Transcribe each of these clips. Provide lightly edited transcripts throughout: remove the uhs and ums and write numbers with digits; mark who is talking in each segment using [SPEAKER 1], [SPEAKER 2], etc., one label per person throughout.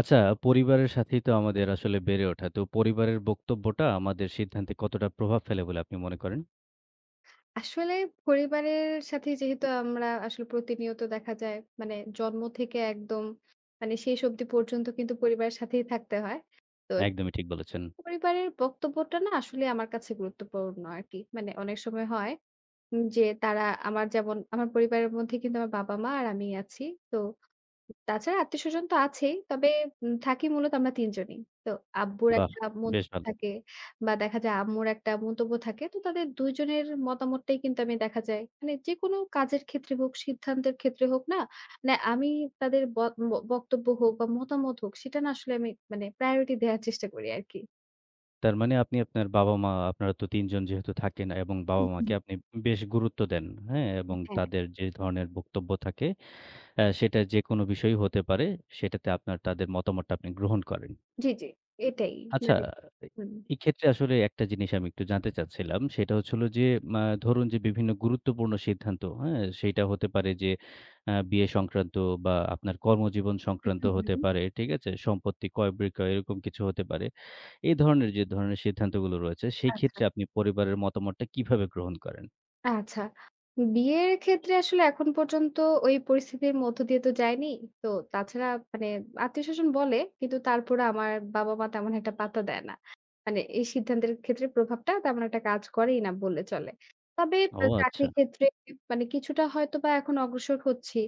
[SPEAKER 1] আচ্ছা, পরিবারের সাথেই তো আমাদের আসলে বেড়ে ওঠা। তো পরিবারের বক্তব্যটা আমাদের সিদ্ধান্তে কতটা প্রভাব ফেলে বলে আপনি মনে করেন?
[SPEAKER 2] আসলে পরিবারের সাথে যেহেতু আমরা আসলে প্রতিনিয়ত দেখা যায় মানে জন্ম থেকে একদম মানে শেষ অবধি পর্যন্ত কিন্তু পরিবারের সাথেই থাকতে হয়। তো সেই
[SPEAKER 1] একদমই ঠিক বলেছেন।
[SPEAKER 2] পরিবারের বক্তব্যটা না আসলে আমার কাছে গুরুত্বপূর্ণ আরকি। মানে অনেক সময় হয় যে তারা আমার যেমন আমার পরিবারের মধ্যে কিন্তু আমার বাবা-মা আর আমি আছি। তো তাছাড়া আত্মীয়স্বজন তো আছেই। তবে থাকি মূলত আমরা ৩ জনই। তো আব্বুর
[SPEAKER 1] বাহ!
[SPEAKER 2] একটা
[SPEAKER 1] বেশ
[SPEAKER 2] মন্তব্য
[SPEAKER 1] ভালো।
[SPEAKER 2] থাকে বা দেখা যায় আম্মুর একটা মন্তব্য থাকে। তো তাদের ২ জনের মতামতটাই কিন্তু আমি দেখা যায় মানে যেকোনো কাজের ক্ষেত্রে হোক, সিদ্ধান্তের ক্ষেত্রে হোক না, মানে আমি তাদের ব ব বক্তব্য হোক বা মতামত হোক সেটা না আসলে আমি মানে প্রায়োরিটি দেওয়ার চেষ্টা করি আরকি।
[SPEAKER 1] তার মানে আপনি আপনার বাবা-মা আপনারা তো ৩ জন যেহেতু থাকেন এবং
[SPEAKER 2] হুম, হুম,
[SPEAKER 1] বাবা-মাকে আপনি বেশ গুরুত্ব দেন, হ্যাঁ? এবং
[SPEAKER 2] হুম। হ্যাঁ,
[SPEAKER 1] তাদের যে ধরনের বক্তব্য থাকে, সেটা যেকোনো বিষয়ই হতে পারে, সেটাতে আপনার তাদের মতামতটা আপনি গ্রহণ করেন।
[SPEAKER 2] জি, জি। এটাই
[SPEAKER 1] আচ্ছা,
[SPEAKER 2] মানে
[SPEAKER 1] এ
[SPEAKER 2] হুম।
[SPEAKER 1] এক্ষেত্রে আসলে একটা জিনিস আমি একটু জানতে চাচ্ছিলাম। সেটা হচ্ছে হলো যে, ধরুন যে বিভিন্ন গুরুত্বপূর্ণ সিদ্ধান্ত, হ্যাঁ? সেইটা হতে পারে যে বিয়ে সংক্রান্ত বা আপনার কর্মজীবন সংক্রান্ত
[SPEAKER 2] হুম, হুম।
[SPEAKER 1] হতে
[SPEAKER 2] হুম।
[SPEAKER 1] পারে, ঠিক আছে? সম্পত্তি ক্রয়-বিক্রয় এরকম কিছু হতে পারে। এই ধরনের যে ধরনের সিদ্ধান্তগুলো রয়েছে, সেই
[SPEAKER 2] আচ্ছা।
[SPEAKER 1] ক্ষেত্রে আপনি পরিবারের মতামতটা কিভাবে গ্রহণ করেন?
[SPEAKER 2] আচ্ছা। বিয়ের ক্ষেত্রে আসলে এখন পর্যন্ত ওই পরিস্থিতির মধ্য দিয়ে তো যায়নি। তো তাছাড়া মানে আত্মীয়স্বজন বলে, কিন্তু তারপরে আমার বাবা-মা তেমন একটা পাত্তা দেয় না। মানে এই সিদ্ধান্তের ক্ষেত্রে প্রভাবটা তেমন একটা কাজ করেই না বললে চলে। তবে
[SPEAKER 1] ও আচ্ছা!
[SPEAKER 2] চাকরির ক্ষেত্রে মানে কিছুটা হয়তোবা এখন অগ্রসর হচ্ছি।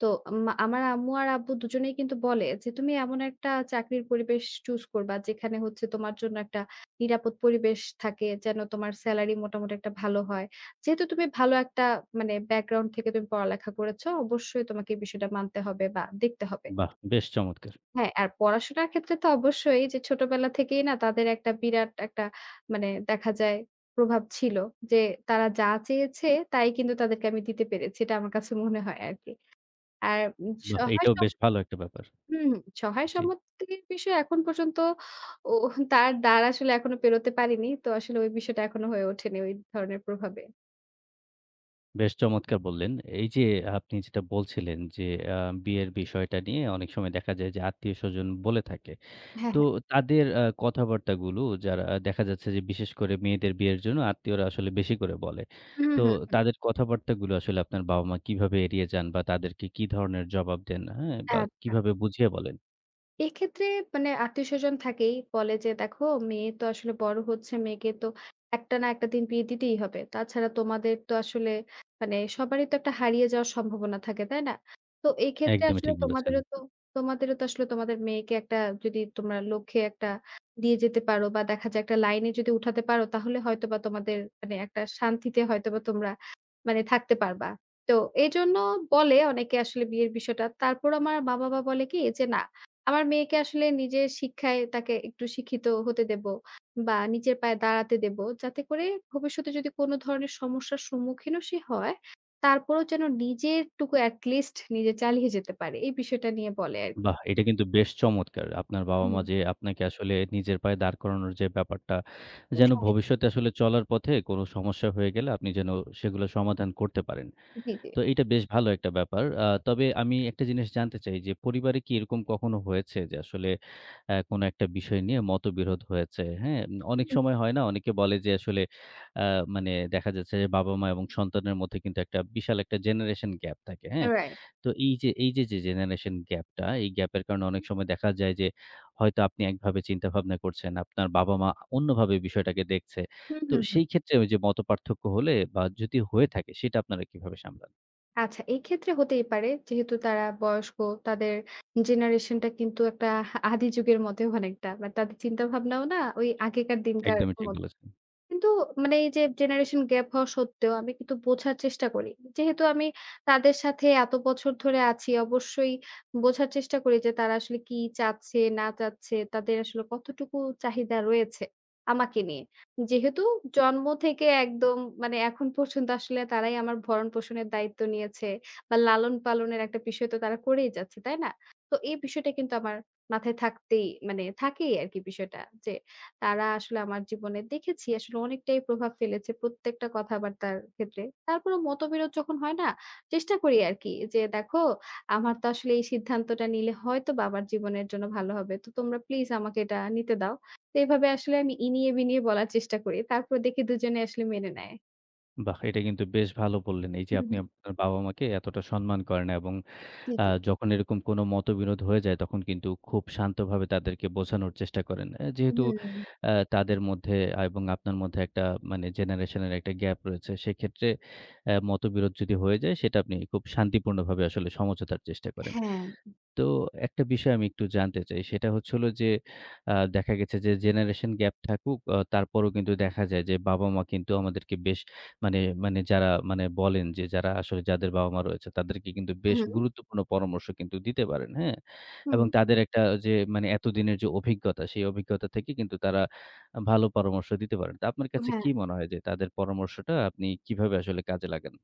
[SPEAKER 2] তো মা আমার আম্মু আর আব্বু দুজনেই কিন্তু বলে যে, "তুমি এমন একটা চাকরির পরিবেশ চুজ করবা যেখানে হচ্ছে তোমার জন্য একটা নিরাপদ পরিবেশ থাকে। যেন তোমার সেলারি মোটামুটি একটা ভালো হয়।" যেহেতু তুমি ভালো একটা মানে ব্যাকগ্রাউন্ড থেকে তুমি পড়ালেখা করেছো, অবশ্যই তোমাকে এই বিষয়টা মানতে হবে বা দেখতে হবে।
[SPEAKER 1] বাহ! বেশ চমৎকার!
[SPEAKER 2] হ্যাঁ, আর পড়াশোনার ক্ষেত্রে তো অবশ্যই যে ছোটবেলা থেকেই না তাদের একটা বিরাট একটা মানে দেখা যায় প্রভাব ছিল যে তারা যা চেয়েছে তাই কিন্তু তাদেরকে আমি দিতে পেরেছি। এটা আমার কাছে মনে হয় আরকি। আর
[SPEAKER 1] বাহ!
[SPEAKER 2] সহায়
[SPEAKER 1] এটাও
[SPEAKER 2] সম
[SPEAKER 1] বেশ ভালো একটা ব্যাপার।
[SPEAKER 2] হুম, হুম। সহায়
[SPEAKER 1] জি।
[SPEAKER 2] সম্পত্তির বিষয় এখন পর্যন্ত ও তার দ্বার আসলে এখনো পেরোতে পারিনি। তো আসলে ওই বিষয়টা এখনো হয়ে ওঠেনি ওই ধরনের প্রভাবে।
[SPEAKER 1] বেশ চমৎকার বললেন। এই যে আপনি যেটা বলছিলেন যে আ বিয়ের বিষয়টা নিয়ে অনেক সময় দেখা যায় যে আত্মীয়স্বজন বলে থাকে।
[SPEAKER 2] হ্যাঁ,
[SPEAKER 1] তো
[SPEAKER 2] হ্যাঁ।
[SPEAKER 1] তাদের কথাবার্তাগুলো যারা দেখা যাচ্ছে যে বিশেষ করে মেয়েদের বিয়ের জন্য আত্মীয়রা আসলে বেশি করে বলে।
[SPEAKER 2] হুম,
[SPEAKER 1] তো
[SPEAKER 2] হুম, হুম।
[SPEAKER 1] তাদের কথাবার্তাগুলো আসলে আপনার বাবা-মা কিভাবে এড়িয়ে যান বা তাদেরকে কি ধরনের জবাব দেন, হ্যাঁ? বা
[SPEAKER 2] আচ্ছা।
[SPEAKER 1] কিভাবে বুঝিয়ে বলেন?
[SPEAKER 2] এক্ষেত্রে মানে আত্মীয়স্বজন থাকেই। বলে যে, "দেখো মেয়ে তো আসলে বড় হচ্ছে। মেয়েকে তো একটা না একটা দিন বিয়ে দিতেই হবে। তাছাড়া তোমাদের তো আসলে মানে সবারই তো একটা হারিয়ে যাওয়ার সম্ভাবনা থাকে, তাই না? তো এই ক্ষেত্রে
[SPEAKER 1] একদমই
[SPEAKER 2] আসলে
[SPEAKER 1] ঠিক বলেছেন।
[SPEAKER 2] তোমাদেরও তো আসলে তোমাদের মেয়েকে একটা যদি তোমরা লক্ষ্যে একটা দিয়ে যেতে পারো বা দেখা যায় একটা লাইনে যদি উঠাতে পারো তাহলে হয়তোবা তোমাদের মানে একটা শান্তিতে হয়তোবা তোমরা মানে থাকতে পারবা।" তো এজন্য বলে অনেকে আসলে বিয়ের বিষয়টা। তারপর আমার বাবা-মা বলে কি যে, "না আমার মেয়েকে আসলে নিজের শিক্ষায় তাকে একটু শিক্ষিত হতে দেব বা নিজের পায়ে দাঁড়াতে দেব। যাতে করে ভবিষ্যতে যদি কোনো ধরনের সমস্যার সম্মুখীনও সে হয়, তারপরেও যেন নিজেরটুকু at least নিজে চালিয়ে যেতে পারে। এই বিষয়টা নিয়ে বলে আরকি।
[SPEAKER 1] বাহ! এটা কিন্তু বেশ চমৎকার। আপনার বাবা-মা
[SPEAKER 2] হুম।
[SPEAKER 1] যে আপনাকে আসলে নিজের পায়ে দাঁড় করানোর যে ব্যাপারটা, যেন
[SPEAKER 2] হ্যাঁ,
[SPEAKER 1] ভবিষ্যতে আসলে চলার পথে কোনো সমস্যা হয়ে গেলে আপনি যেন সেগুলো সমাধান করতে পারেন।
[SPEAKER 2] জি, জি।
[SPEAKER 1] তো এইটা বেশ ভালো একটা ব্যাপার। তবে আমি একটা জিনিস জানতে চাই যে পরিবারে কি এরকম কখনো হয়েছে যে আসলে কোনো একটা বিষয় নিয়ে মতবিরোধ হয়েছে, হ্যাঁ? অনেক
[SPEAKER 2] হুম,
[SPEAKER 1] সময় হয় না? অনেকে বলে যে আসলে আ মানে দেখা যাচ্ছে যে বাবা-মা এবং সন্তানের মধ্যে কিন্তু একটা বিশাল একটা জেনারেশন গ্যাপ থাকে, হ্যাঁ?
[SPEAKER 2] রাইট।
[SPEAKER 1] তো এই যে, যে জেনারেশন গ্যাপটা, এই গ্যাপের কারণে অনেক সময় দেখা যায় যে, হয়তো আপনি একভাবে চিন্তাভাবনা করছেন, আপনার বাবা-মা অন্যভাবে বিষয়টাকে দেখছে।
[SPEAKER 2] হুম,
[SPEAKER 1] তো
[SPEAKER 2] হুম, হুম।
[SPEAKER 1] সেই ক্ষেত্রে ওই যে মতপার্থক্য হলে বা যদি হয়ে থাকে, সেটা আপনারা কিভাবে সামলান?
[SPEAKER 2] আচ্ছা এক্ষেত্রে হতেই পারে যেহেতু তারা বয়স্ক, তাদের জেনারেশনটা কিন্তু একটা আদি যুগের মতো অনেকটা। বা তাদের চিন্তাভাবনাও না ওই আগেকার দিনকার
[SPEAKER 1] একদমই ঠিক
[SPEAKER 2] মত।
[SPEAKER 1] বলেছেন।
[SPEAKER 2] কিন্তু মানে এই যে জেনারেশন গ্যাপ হওয়া সত্ত্বেও আমি কিন্তু বোঝার চেষ্টা করি। যেহেতু আমি তাদের সাথে এত বছর ধরে আছি অবশ্যই বোঝার চেষ্টা করি যে তারা আসলে কি চাচ্ছে না চাচ্ছে, তাদের আসলে কতটুকু চাহিদা রয়েছে আমাকে নিয়ে। যেহেতু জন্ম থেকে একদম মানে এখন পর্যন্ত আসলে তারাই আমার ভরণ-পোষণের দায়িত্ব নিয়েছে বা লালন-পালনের একটা বিষয় তো তারা করেই যাচ্ছে, তাই না? তো এই বিষয়টা কিন্তু আমার মাথায় থাকতেই মানে থাকেই আরকি বিষয়টা যে তারা আসলে আমার জীবনে দেখেছি আসলে অনেকটাই প্রভাব ফেলেছে প্রত্যেকটা কথাবার্তার ক্ষেত্রে। তারপরেও মতবিরোধ যখন হয় না, চেষ্টা করি আরকি যে, "দেখো আমার তো আসলে এই সিদ্ধান্তটা নিলে হয়তোবা আমার জীবনের জন্য ভালো হবে। তো তোমরা প্লিজ আমাকে এটা নিতে দাও।" তো এভাবে আসলে আমি ইনিয়ে বিনিয়ে বলার চেষ্টা করি। তারপর দেখি দুজনে আসলে মেনে নেয়।
[SPEAKER 1] বাহ! এটা কিন্তু বেশ ভালো বললেন। এই যে
[SPEAKER 2] হুম,
[SPEAKER 1] আপনি
[SPEAKER 2] হুম।
[SPEAKER 1] আপনার বাবা-মাকে এতটা সম্মান করেন এবং
[SPEAKER 2] জি, জি।
[SPEAKER 1] যখন এরকম কোনো মতবিরোধ হয়ে যায়, তখন কিন্তু খুব শান্তভাবে তাদেরকে বোঝানোর চেষ্টা করেন। যেহেতু
[SPEAKER 2] হুম,
[SPEAKER 1] তাদের মধ্যে এবং আপনার মধ্যে একটা মানে জেনারেশনের একটা গ্যাপ রয়েছে, সেক্ষেত্রে মতবিরোধ যদি হয়ে যায়, সেটা আপনি খুব শান্তিপূর্ণভাবে আসলে সমঝোতার চেষ্টা করেন।
[SPEAKER 2] হ্যাঁ।
[SPEAKER 1] তো একটা বিষয় আমি একটু জানতে চাই। সেটা হচ্ছে হলো যে, দেখা গেছে যে জেনারেশন গ্যাপ থাকুক তারপরেও কিন্তু দেখা যায় যে বাবা-মা কিন্তু আমাদেরকে বেশ মানে মানে যারা মানে বলেন যে যারা আসলে যাদের বাবা-মা রয়েছে তাদেরকে কিন্তু বেশ
[SPEAKER 2] হুম,
[SPEAKER 1] গুরুত্বপূর্ণ পরামর্শ কিন্তু দিতে পারেন, হ্যাঁ?
[SPEAKER 2] হুম,
[SPEAKER 1] এবং তাদের একটা যে মানে এতদিনের যে অভিজ্ঞতা, সেই অভিজ্ঞতা থেকে কিন্তু তারা ভালো পরামর্শ দিতে পারেন। তো আপনার কাছে
[SPEAKER 2] হ্যাঁ।
[SPEAKER 1] কি মনে হয় যে তাদের পরামর্শটা আপনি কিভাবে আসলে কাজে লাগান?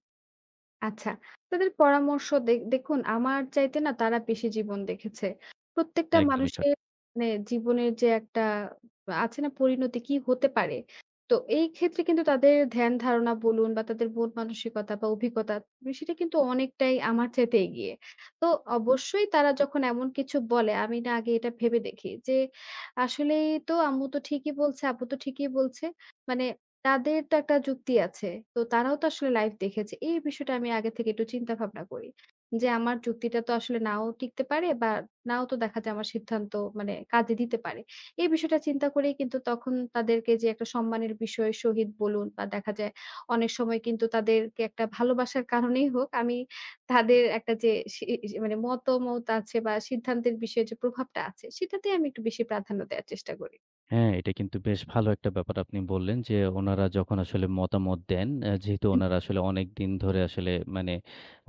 [SPEAKER 2] আচ্ছা। তাদের পরামর্শ দেখুন আমার চাইতে না তারা বেশি জীবন দেখেছে। প্রত্যেকটা
[SPEAKER 1] একদমই সঠিক।
[SPEAKER 2] মানুষের মানে জীবনের যে একটা আছে না পরিণতি কি হতে পারে। তো এই ক্ষেত্রে কিন্তু তাদের ধ্যান ধারণা বলুন বা তাদের মন মানসিকতা বা অভিজ্ঞতা সেটা কিন্তু অনেকটাই আমার চাইতে এগিয়ে। তো অবশ্যই তারা যখন এমন কিছু বলে আমি না আগে এটা ভেবে দেখি যে আসলেই তো আম্মু তো ঠিকই বলছে, আব্বু তো ঠিকই বলছে। মানে তাদের তো একটা যুক্তি আছে। তো তারাও তো আসলে লাইভ দেখেছে। এই বিষয়টা আমি আগে থেকে একটু চিন্তা ভাবনা করি। যে আমার যুক্তিটা তো আসলে নাও টিকতে পারে বা নাও তো দেখা যায় আমার সিদ্ধান্ত মানে কাজে দিতে পারে। এই বিষয়টা চিন্তা করেই কিন্তু তখন তাদেরকে যে একটা সম্মানের বিষয় শহীদ বলুন বা দেখা যায় অনেক সময় কিন্তু তাদেরকে একটা ভালোবাসার কারণেই হোক আমি তাদের একটা যে সি সি মানে মতামত আছে বা সিদ্ধান্তের বিষয়ে যে প্রভাবটা আছে সেটাতেই আমি একটু বেশি প্রাধান্য দেওয়ার চেষ্টা করি।
[SPEAKER 1] হ্যাঁ, এটা কিন্তু বেশ ভালো একটা ব্যাপার আপনি বললেন যে, ওনারা যখন আসলে মতামত দেন, যেহেতু
[SPEAKER 2] হুম।
[SPEAKER 1] ওনারা আসলে অনেকদিন ধরে আসলে মানে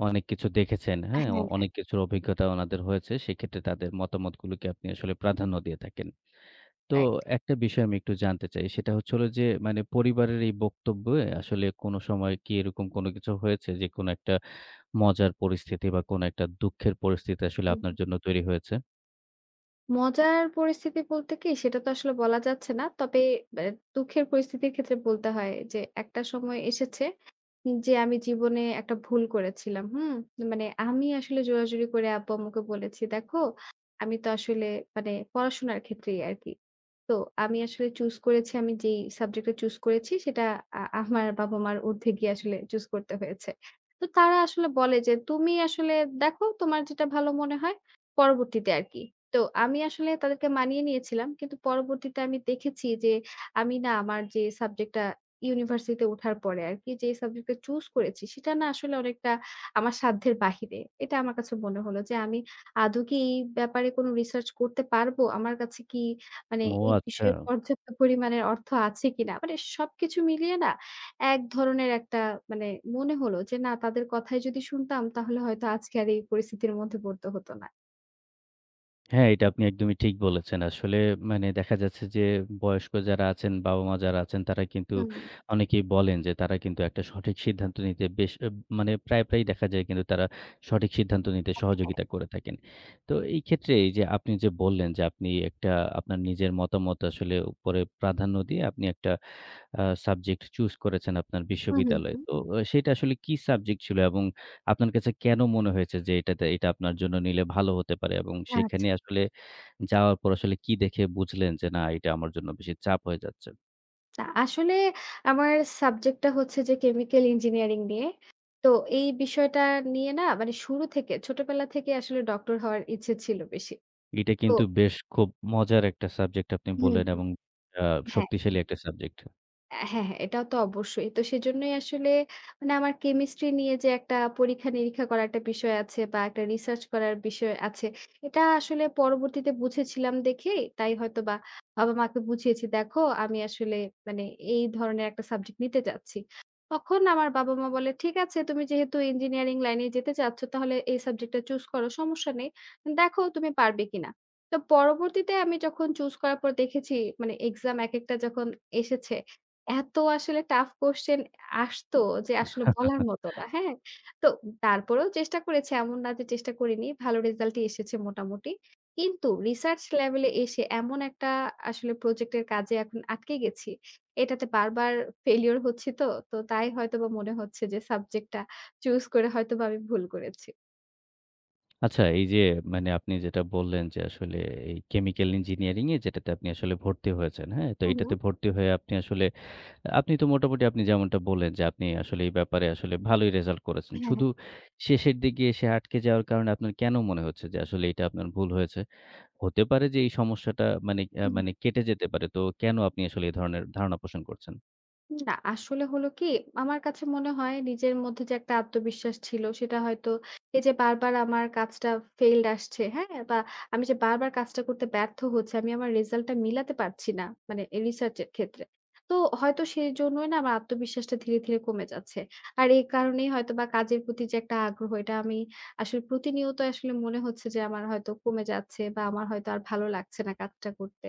[SPEAKER 1] অনেক কিছু দেখেছেন,
[SPEAKER 2] হ্যাঁ,
[SPEAKER 1] হ্যাঁ?
[SPEAKER 2] হ্যাঁ,
[SPEAKER 1] অনেক কিছুর অভিজ্ঞতা ওনাদের হয়েছে। সেক্ষেত্রে তাদের মতামতগুলোকে আপনি আসলে প্রাধান্য দিয়ে থাকেন। তো
[SPEAKER 2] রাইট।
[SPEAKER 1] একটা বিষয় আমি একটু জানতে চাই। সেটা হচ্ছে হলো যে, মানে পরিবারের এই বক্তব্যে আসলে কোনো সময় কি এরকম কোনো কিছু হয়েছে যে, কোনো একটা মজার পরিস্থিতি বা কোনো একটা দুঃখের পরিস্থিতি আসলে
[SPEAKER 2] হুম।
[SPEAKER 1] আপনার জন্য তৈরি হয়েছে?
[SPEAKER 2] মজার পরিস্থিতি বলতে কি সেটা তো আসলে বলা যাচ্ছে না। তবে অ্যা দুঃখের পরিস্থিতির ক্ষেত্রে বলতে হয় যে একটা সময় এসেছে যে আমি জীবনে একটা ভুল করেছিলাম। হুম? মানে আমি আসলে জোরাজুরি করে আব্বু-আম্মুকে বলেছি, "দেখো আমি তো আসলে" মানে পড়াশোনার ক্ষেত্রেই আরকি। তো আমি আসলে চুজ করেছি আমি যেই সাবজেক্টটা চুজ করেছি সেটা আমার বাবা-মার ঊর্ধ্বে গিয়ে আসলে চুজ করতে হয়েছে। তো তারা আসলে বলে যে, "তুমি আসলে দেখো তোমার যেটা ভালো মনে হয় পরবর্তীতে আরকি।" তো আমি আসলে তাদেরকে মানিয়ে নিয়েছিলাম। কিন্তু পরবর্তীতে আমি দেখেছি যে আমি না আমার যে সাবজেক্টটা ইউনিভার্সিটিতে ওঠার পরে আরকি যে সাবজেক্টটা চুজ করেছি সেটা না আসলে অনেকটা আমার সাধ্যের বাহিরে। এটা আমার কাছে মনে হলো যে আমি আদৌ কি এই ব্যাপারে কোনো রিসার্চ করতে পারবো? আমার কাছে কি মানে
[SPEAKER 1] ও
[SPEAKER 2] এই
[SPEAKER 1] আচ্ছা।
[SPEAKER 2] বিষয়ে পর্যাপ্ত পরিমাণের অর্থ আছে কিনা? মানে সবকিছু মিলিয়ে না এক ধরনের একটা মানে মনে হলো যে না তাদের কথাই যদি শুনতাম তাহলে হয়তো আজকে আর এই পরিস্থিতির মধ্যে পড়তে হতো না।
[SPEAKER 1] হ্যাঁ, এটা আপনি একদমই ঠিক বলেছেন। আসলে মানে দেখা যাচ্ছে যে বয়স্ক যারা আছেন, বাবা-মা যারা আছেন তারা কিন্তু
[SPEAKER 2] হুম,
[SPEAKER 1] অনেকেই বলেন যে তারা কিন্তু একটা সঠিক সিদ্ধান্ত নিতে বেশ মানে প্রায়, প্রায়ই দেখা যায় কিন্তু তারা সঠিক সিদ্ধান্ত নিতে সহযোগিতা করে থাকেন। তো এই ক্ষেত্রে এই যে আপনি যে বললেন যে আপনি একটা আপনার নিজের মতামত আসলে উপরে প্রাধান্য দিয়ে আপনি একটা সাবজেক্ট চুজ করেছেন আপনার
[SPEAKER 2] হুম, হুম,
[SPEAKER 1] বিশ্ববিদ্যালয়ে।
[SPEAKER 2] হুম।
[SPEAKER 1] তো সেটা আসলে কি সাবজেক্ট ছিল এবং আপনার কাছে কেন মনে হয়েছে যে এটা আপনার জন্য নিলে ভালো হতে পারে এবং সেখানে
[SPEAKER 2] আচ্ছা।
[SPEAKER 1] আসলে যাওয়ার পর আসলে কি দেখে বুঝলেন যে না এটা আমার জন্য বেশি চাপ হয়ে যাচ্ছে?
[SPEAKER 2] আচ্ছা। আসলে আমার সাবজেক্টটা হচ্ছে যে কেমিক্যাল ইঞ্জিনিয়ারিং নিয়ে। তো এই বিষয়টা নিয়ে না মানে শুরু থেকে ছোটবেলা থেকে আসলে ডক্টর হওয়ার ইচ্ছে ছিল বেশি।
[SPEAKER 1] এটা
[SPEAKER 2] তো
[SPEAKER 1] কিন্তু বেশ খুব মজার একটা সাবজেক্ট আপনি
[SPEAKER 2] হুম,
[SPEAKER 1] বললেন
[SPEAKER 2] হুম।
[SPEAKER 1] এবং আ
[SPEAKER 2] হ্যাঁ।
[SPEAKER 1] শক্তিশালী একটা সাবজেক্ট।
[SPEAKER 2] হ্যাঁ, হ্যাঁ, এটা তো অবশ্যই। তো সেজন্যই আসলে মানে আমার কেমিস্ট্রি নিয়ে যে একটা পরীক্ষা-নিরীক্ষা করার একটা বিষয় আছে বা একটা রিসার্চ করার বিষয় আছে, এটা আসলে পরবর্তীতে বুঝেছিলাম দেখেই তাই হয়তোবা বাবা-মাকে বুঝিয়েছি, "দেখো আমি আসলে মানে এই ধরনের একটা সাবজেক্ট নিতে চাচ্ছি।" তখন আমার বাবা-মা বলে, "ঠিক আছে তুমি যেহেতু ইঞ্জিনিয়ারিং লাইনে যেতে চাচ্ছ তাহলে এই সাবজেক্টটা চুজ করো, সমস্যা নেই। দেখো তুমি পারবে কিনা?" তো পরবর্তীতে আমি যখন চুজ করার পর দেখেছি মানে এক্সাম একেকটা যখন এসেছে এত আসলে টাফ কোয়েশ্চেন আসতো যে আসলে বলার মতো না। হ্যাঁ? তো তারপরেও চেষ্টা করেছি। এমন না যে চেষ্টা করিনি। ভালো রেজাল্টই এসেছে মোটামুটি। কিন্তু রিসার্চ লেভেলে এসে এমন একটা আসলে প্রজেক্টের কাজে এখন আটকে গেছি। এটাতে বারবার ফেইলিউর হচ্ছি তো। তো তাই হয়তোবা মনে হচ্ছে যে সাবজেক্টটা চুজ করে হয়তোবা আমি ভুল করেছি।
[SPEAKER 1] আচ্ছা এই যে মানে আপনি যেটা বললেন যে আসলে এই কেমিক্যাল ইঞ্জিনিয়ারিং এ যেটাতে আপনি আসলে ভর্তি হয়েছেন, হ্যাঁ? তো
[SPEAKER 2] হু, হু।
[SPEAKER 1] এটাতে ভর্তি হয়ে আপনি আসলে আপনি তো মোটামুটি আপনি যেমনটা বললেন যে আপনি আসলে এই ব্যাপারে আসলে ভালোই রেজাল্ট করেছেন।
[SPEAKER 2] হ্যাঁ,
[SPEAKER 1] শেষের দিকে এসে আটকে যাওয়ার কারণে আপনার কেন মনে হচ্ছে যে আসলে এটা আপনার ভুল হয়েছে? হতে পারে যে এই সমস্যাটা মানে
[SPEAKER 2] হ্যাঁ।
[SPEAKER 1] মানে কেটে যেতে পারে। তো কেন আপনি আসলে এই ধরনের ধারণা পোষণ করছেন?
[SPEAKER 2] না, আসলে হলো কি? আমার কাছে মনে হয় নিজের মধ্যে যে একটা আত্মবিশ্বাস ছিল সেটা হয়তো এই যে বারবার আমার কাজটা failed আসছে, হ্যাঁ? বা আমি যে বারবার কাজটা করতে ব্যর্থ হচ্ছি, আমি আমার রেজাল্টটা মিলাতে পারছি না, মানে এ রিসার্চ এর ক্ষেত্রে। তো হয়তো সেজন্যই না আমার আত্মবিশ্বাসটা ধীরে, ধীরে কমে যাচ্ছে। আর এই কারণেই হয়তোবা কাজের প্রতি যে একটা আগ্রহ এটা আমি আসলে প্রতিনিয়ত আসলে মনে হচ্ছে যে আমার হয়তো কমে যাচ্ছে বা আমার হয়তো আর ভালো লাগছে না কাজটা করতে।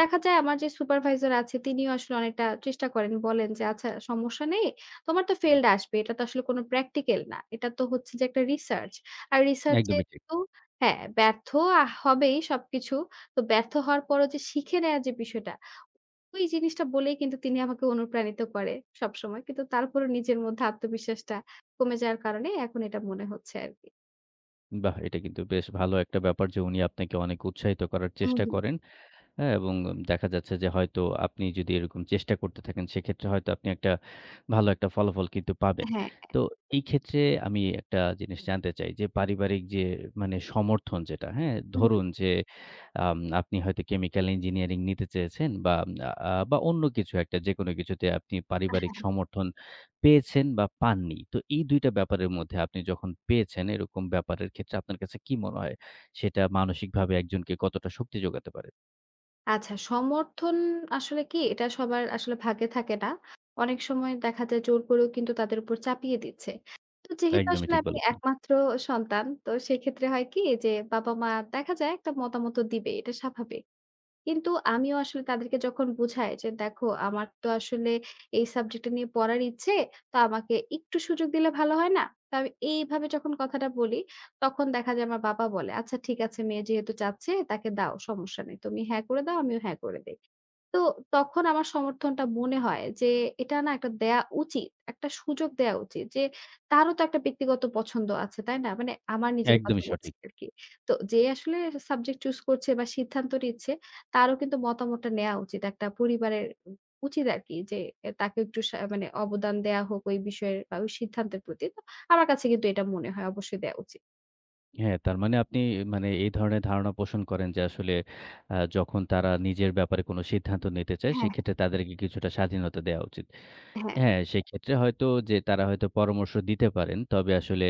[SPEAKER 2] দেখা যায় আমার যে সুপারভাইজার আছে তিনিও আসলে অনেকটা চেষ্টা করেন। বলেন যে, "আচ্ছা সমস্যা নেই। তোমার তো ফেইলড আসবে। এটা তো আসলে কোনো প্র্যাকটিক্যাল না। এটা তো হচ্ছে যে একটা রিসার্চ। আর রিসার্চ এ
[SPEAKER 1] একদমই ঠিক।
[SPEAKER 2] তো" হ্যাঁ, ব্যর্থ হবেই সবকিছু। তো ব্যর্থ হওয়ার পরও যে শিখে নেয়ার যে বিষয়টা, ওই জিনিসটা বলেই কিন্তু তিনি আমাকে অনুপ্রাণিত করে সবসময়। কিন্তু তারপরও নিজের মধ্যে আত্মবিশ্বাসটা কমে যাওয়ার কারণে এখন এটা মনে হচ্ছে আরকি।
[SPEAKER 1] বাহ! এটা কিন্তু বেশ ভালো একটা ব্যাপার যে উনি আপনাকে অনেক উৎসাহিত করার
[SPEAKER 2] হুম,
[SPEAKER 1] চেষ্টা
[SPEAKER 2] হুম।
[SPEAKER 1] করেন। হ্যাঁ, এবং দেখা যাচ্ছে যে হয়তো আপনি যদি এরকম চেষ্টা করতে থাকেন সেক্ষেত্রে হয়তো আপনি একটা ভালো একটা ফলাফল কিন্তু পাবেন।
[SPEAKER 2] হ্যাঁ।
[SPEAKER 1] তো এই ক্ষেত্রে আমি একটা জিনিস জানতে চাই যে পারিবারিক যে মানে সমর্থন যেটা, হ্যাঁ? ধরুন যে আপনি হয়তো কেমিক্যাল ইঞ্জিনিয়ারিং নিতে চেয়েছেন বা আ বা অন্য কিছু একটা যেকোনো কিছুতে আপনি পারিবারিক সমর্থন পেয়েছেন বা পাননি। তো এই ২ টা ব্যাপারের মধ্যে আপনি যখন পেয়েছেন এরকম ব্যাপারের ক্ষেত্রে আপনার কাছে কি মনে হয়? সেটা মানসিকভাবে একজনকে কতটা শক্তি যোগাতে পারে?
[SPEAKER 2] আচ্ছা, সমর্থন আসলে কি এটা সবার আসলে ভাগ্যে থাকে না। অনেক সময় দেখা যায় জোর করেও কিন্তু তাদের উপর চাপিয়ে দিচ্ছে। তো যেহেতু
[SPEAKER 1] একদমই
[SPEAKER 2] আসলে
[SPEAKER 1] ঠিক
[SPEAKER 2] আমি
[SPEAKER 1] বলেছেন।
[SPEAKER 2] একমাত্র সন্তান, তো সেক্ষেত্রে হয় কি যে বাবা-মা দেখা যায় একটা মতামত দিবে, এটা স্বাভাবিক। কিন্তু আমিও আসলে তাদেরকে যখন বুঝাই যে, "দেখো আমার তো আসলে এই সাবজেক্টটা নিয়ে পড়ার ইচ্ছে, তো আমাকে একটু সুযোগ দিলে ভালো হয় না?" তো আমি এইভাবে যখন কথাটা বলি, তখন দেখা যায় আমার বাবা বলে, "আচ্ছা ঠিক আছে, মেয়ে যেহেতু চাচ্ছে তাকে দাও, সমস্যা নেই। তুমি হ্যাঁ করে দাও, আমিও হ্যাঁ করে দেই।" তো তখন আমার সমর্থনটা মনে হয় যে এটা না একটা দেয়া উচিত। একটা সুযোগ দেয়া উচিত যে তারও তো একটা ব্যক্তিগত পছন্দ আছে, তাই না? মানে আমার নিজের কথা
[SPEAKER 1] একদমই
[SPEAKER 2] বলছি
[SPEAKER 1] সঠিক।
[SPEAKER 2] আরকি। তো যে আসলে সাবজেক্ট চুজ করছে বা সিদ্ধান্ত নিচ্ছে তারও কিন্তু মতামতটা নেয়া উচিত। একটা পরিবারের উচিত আরকি যে তাকে একটু মানে অবদান দেয়া হোক ওই বিষয়ের বা ওই সিদ্ধান্তের প্রতি। তো আমার কাছে কিন্তু এটা মনে হয় অবশ্যই দেয়া উচিত।
[SPEAKER 1] হ্যাঁ, তার মানে আপনি মানে এই ধরনের ধারণা পোষণ করেন যে আসলে যখন তারা নিজের ব্যাপারে কোনো সিদ্ধান্ত নিতে চায়
[SPEAKER 2] হ্যাঁ,
[SPEAKER 1] সেক্ষেত্রে তাদেরকে কিছুটা স্বাধীনতা দেওয়া উচিত।
[SPEAKER 2] হ্যাঁ,
[SPEAKER 1] হ্যাঁ, সেক্ষেত্রে হয়তো যে তারা হয়তো পরামর্শ দিতে পারেন। তবে আসলে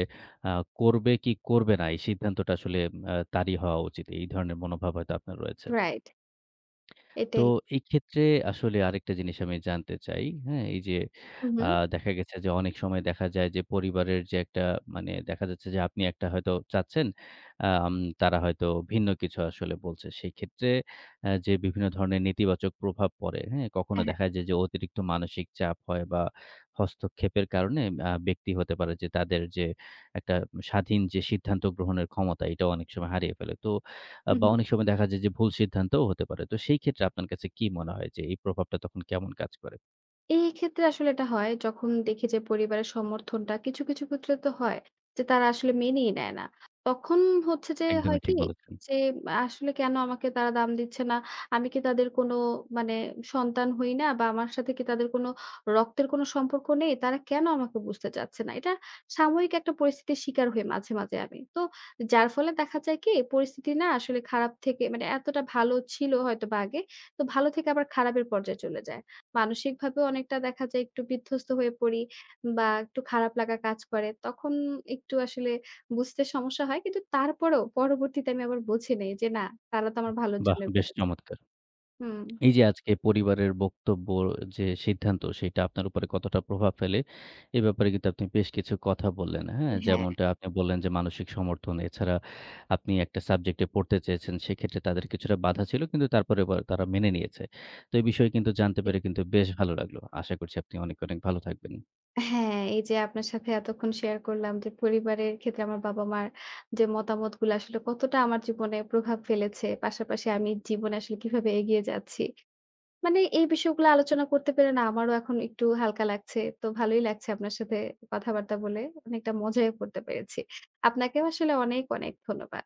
[SPEAKER 1] আ করবে কি করবে না এই সিদ্ধান্তটা আসলে তারই হওয়া উচিত। এই ধরনের মনোভাব হয়তো আপনার রয়েছে।
[SPEAKER 2] রাইট
[SPEAKER 1] তো
[SPEAKER 2] এটাই।
[SPEAKER 1] এই ক্ষেত্রে আসলে আরেকটা জিনিস আমি জানতে চাই, হ্যাঁ? এই যে
[SPEAKER 2] হু, হু।
[SPEAKER 1] আ দেখা গেছে যে অনেক সময় দেখা যায় যে পরিবারের যে একটা মানে দেখা যাচ্ছে যে আপনি একটা হয়তো চাচ্ছেন, আম তারা হয়তো ভিন্ন কিছু আসলে বলছে। সেক্ষেত্রে যে বিভিন্ন ধরনের নেতিবাচক প্রভাব পড়ে, হ্যাঁ? কখনো
[SPEAKER 2] হ্যাঁ, হ্যাঁ।
[SPEAKER 1] দেখা যায় যে অতিরিক্ত মানসিক চাপ হয় বা হস্তক্ষেপের কারণে ব্যক্তি হতে পারে যে তাদের যে একটা স্বাধীন যে সিদ্ধান্ত গ্রহণের ক্ষমতা এটাও অনেক সময় হারিয়ে ফেলে। তো
[SPEAKER 2] হু,
[SPEAKER 1] বা
[SPEAKER 2] হু।
[SPEAKER 1] অনেক সময় দেখা যায় যে ভুল সিদ্ধান্তও হতে পারে। তো সেই ক্ষেত্রে আপনার কাছে কি মনে হয় যে এই প্রভাবটা তখন কেমন কাজ করে?
[SPEAKER 2] এই ক্ষেত্রে আসলে এটা হয় যখন দেখি যে পরিবারের সমর্থনটা কিছু, কিছু ক্ষেত্রে তো হয় যে তারা আসলে মেনেই নেয় না। তখন হচ্ছে যে
[SPEAKER 1] একদমই
[SPEAKER 2] হয় কি
[SPEAKER 1] ঠিক বলেছেন।
[SPEAKER 2] যে আসলে কেন আমাকে তারা দাম দিচ্ছে না? আমি কি তাদের কোনো মানে সন্তান হই না বা আমার সাথে কি তাদের কোনো রক্তের কোনো সম্পর্ক নেই? তারা কেন আমাকে বুঝতে চাচ্ছে না? এটা সাময়িক একটা পরিস্থিতির শিকার হই মাঝে, মাঝে আমি। তো যার ফলে দেখা যায় কি পরিস্থিতি না আসলে খারাপ থেকে মানে এতটা ভালো ছিল হয়তোবা আগে। তো ভালো থেকে আবার খারাপের পর্যায়ে চলে যায়। মানসিকভাবেও অনেকটা দেখা যায় একটু বিধ্বস্ত হয়ে পড়ি বা একটু খারাপ লাগা কাজ করে। তখন একটু আসলে বুঝতে সমস্যা হয়। কিন্তু তারপরেও পরবর্তীতে আমি আবার বুঝে নেই যে না, তারা তো আমার ভালোর
[SPEAKER 1] বাহ!
[SPEAKER 2] জন্যই
[SPEAKER 1] বেশ
[SPEAKER 2] বলেছে।
[SPEAKER 1] চমৎকার।
[SPEAKER 2] হুম।
[SPEAKER 1] এই যে আজকে পরিবারের বক্তব্য যে সিদ্ধান্ত সেটা আপনার উপরে কতটা প্রভাব ফেলে এ ব্যাপারে কিন্তু আপনি বেশ কিছু কথা বললেন, হ্যাঁ?
[SPEAKER 2] হ্যাঁ,
[SPEAKER 1] যেমনটা আপনি বললেন যে মানসিক সমর্থন এছাড়া আপনি একটা সাবজেক্টে পড়তে চেয়েছেন সেক্ষেত্রে তাদের কিছুটা বাধা ছিল কিন্তু তারপরে আবার তারা মেনে নিয়েছে। তো এই বিষয়ে কিন্তু জানতে
[SPEAKER 2] এ
[SPEAKER 1] পেরে কিন্তু বেশ ভালো লাগলো। আশা করছি আপনি অনেক, অনেক ভালো থাকবেন।
[SPEAKER 2] হ্যাঁ, এই যে আপনার সাথে এতক্ষণ শেয়ার করলাম যে পরিবারের ক্ষেত্রে আমার বাবা-মার যে মতামতগুলো আসলে কতটা আমার জীবনে প্রভাব ফেলেছে। পাশাপাশি আমি জীবনে আসলে কিভাবে এগিয়ে যাচ্ছি। মানে এই বিষয়গুলো আলোচনা করতে পেরে না আমারও এখন একটু হালকা লাগছে। তো ভালোই লাগছে আপনার সাথে কথাবার্তা বলে। অনেকটা মজাও করতে পেরেছি। আপনাকেও আসলে অনেক, অনেক ধন্যবাদ।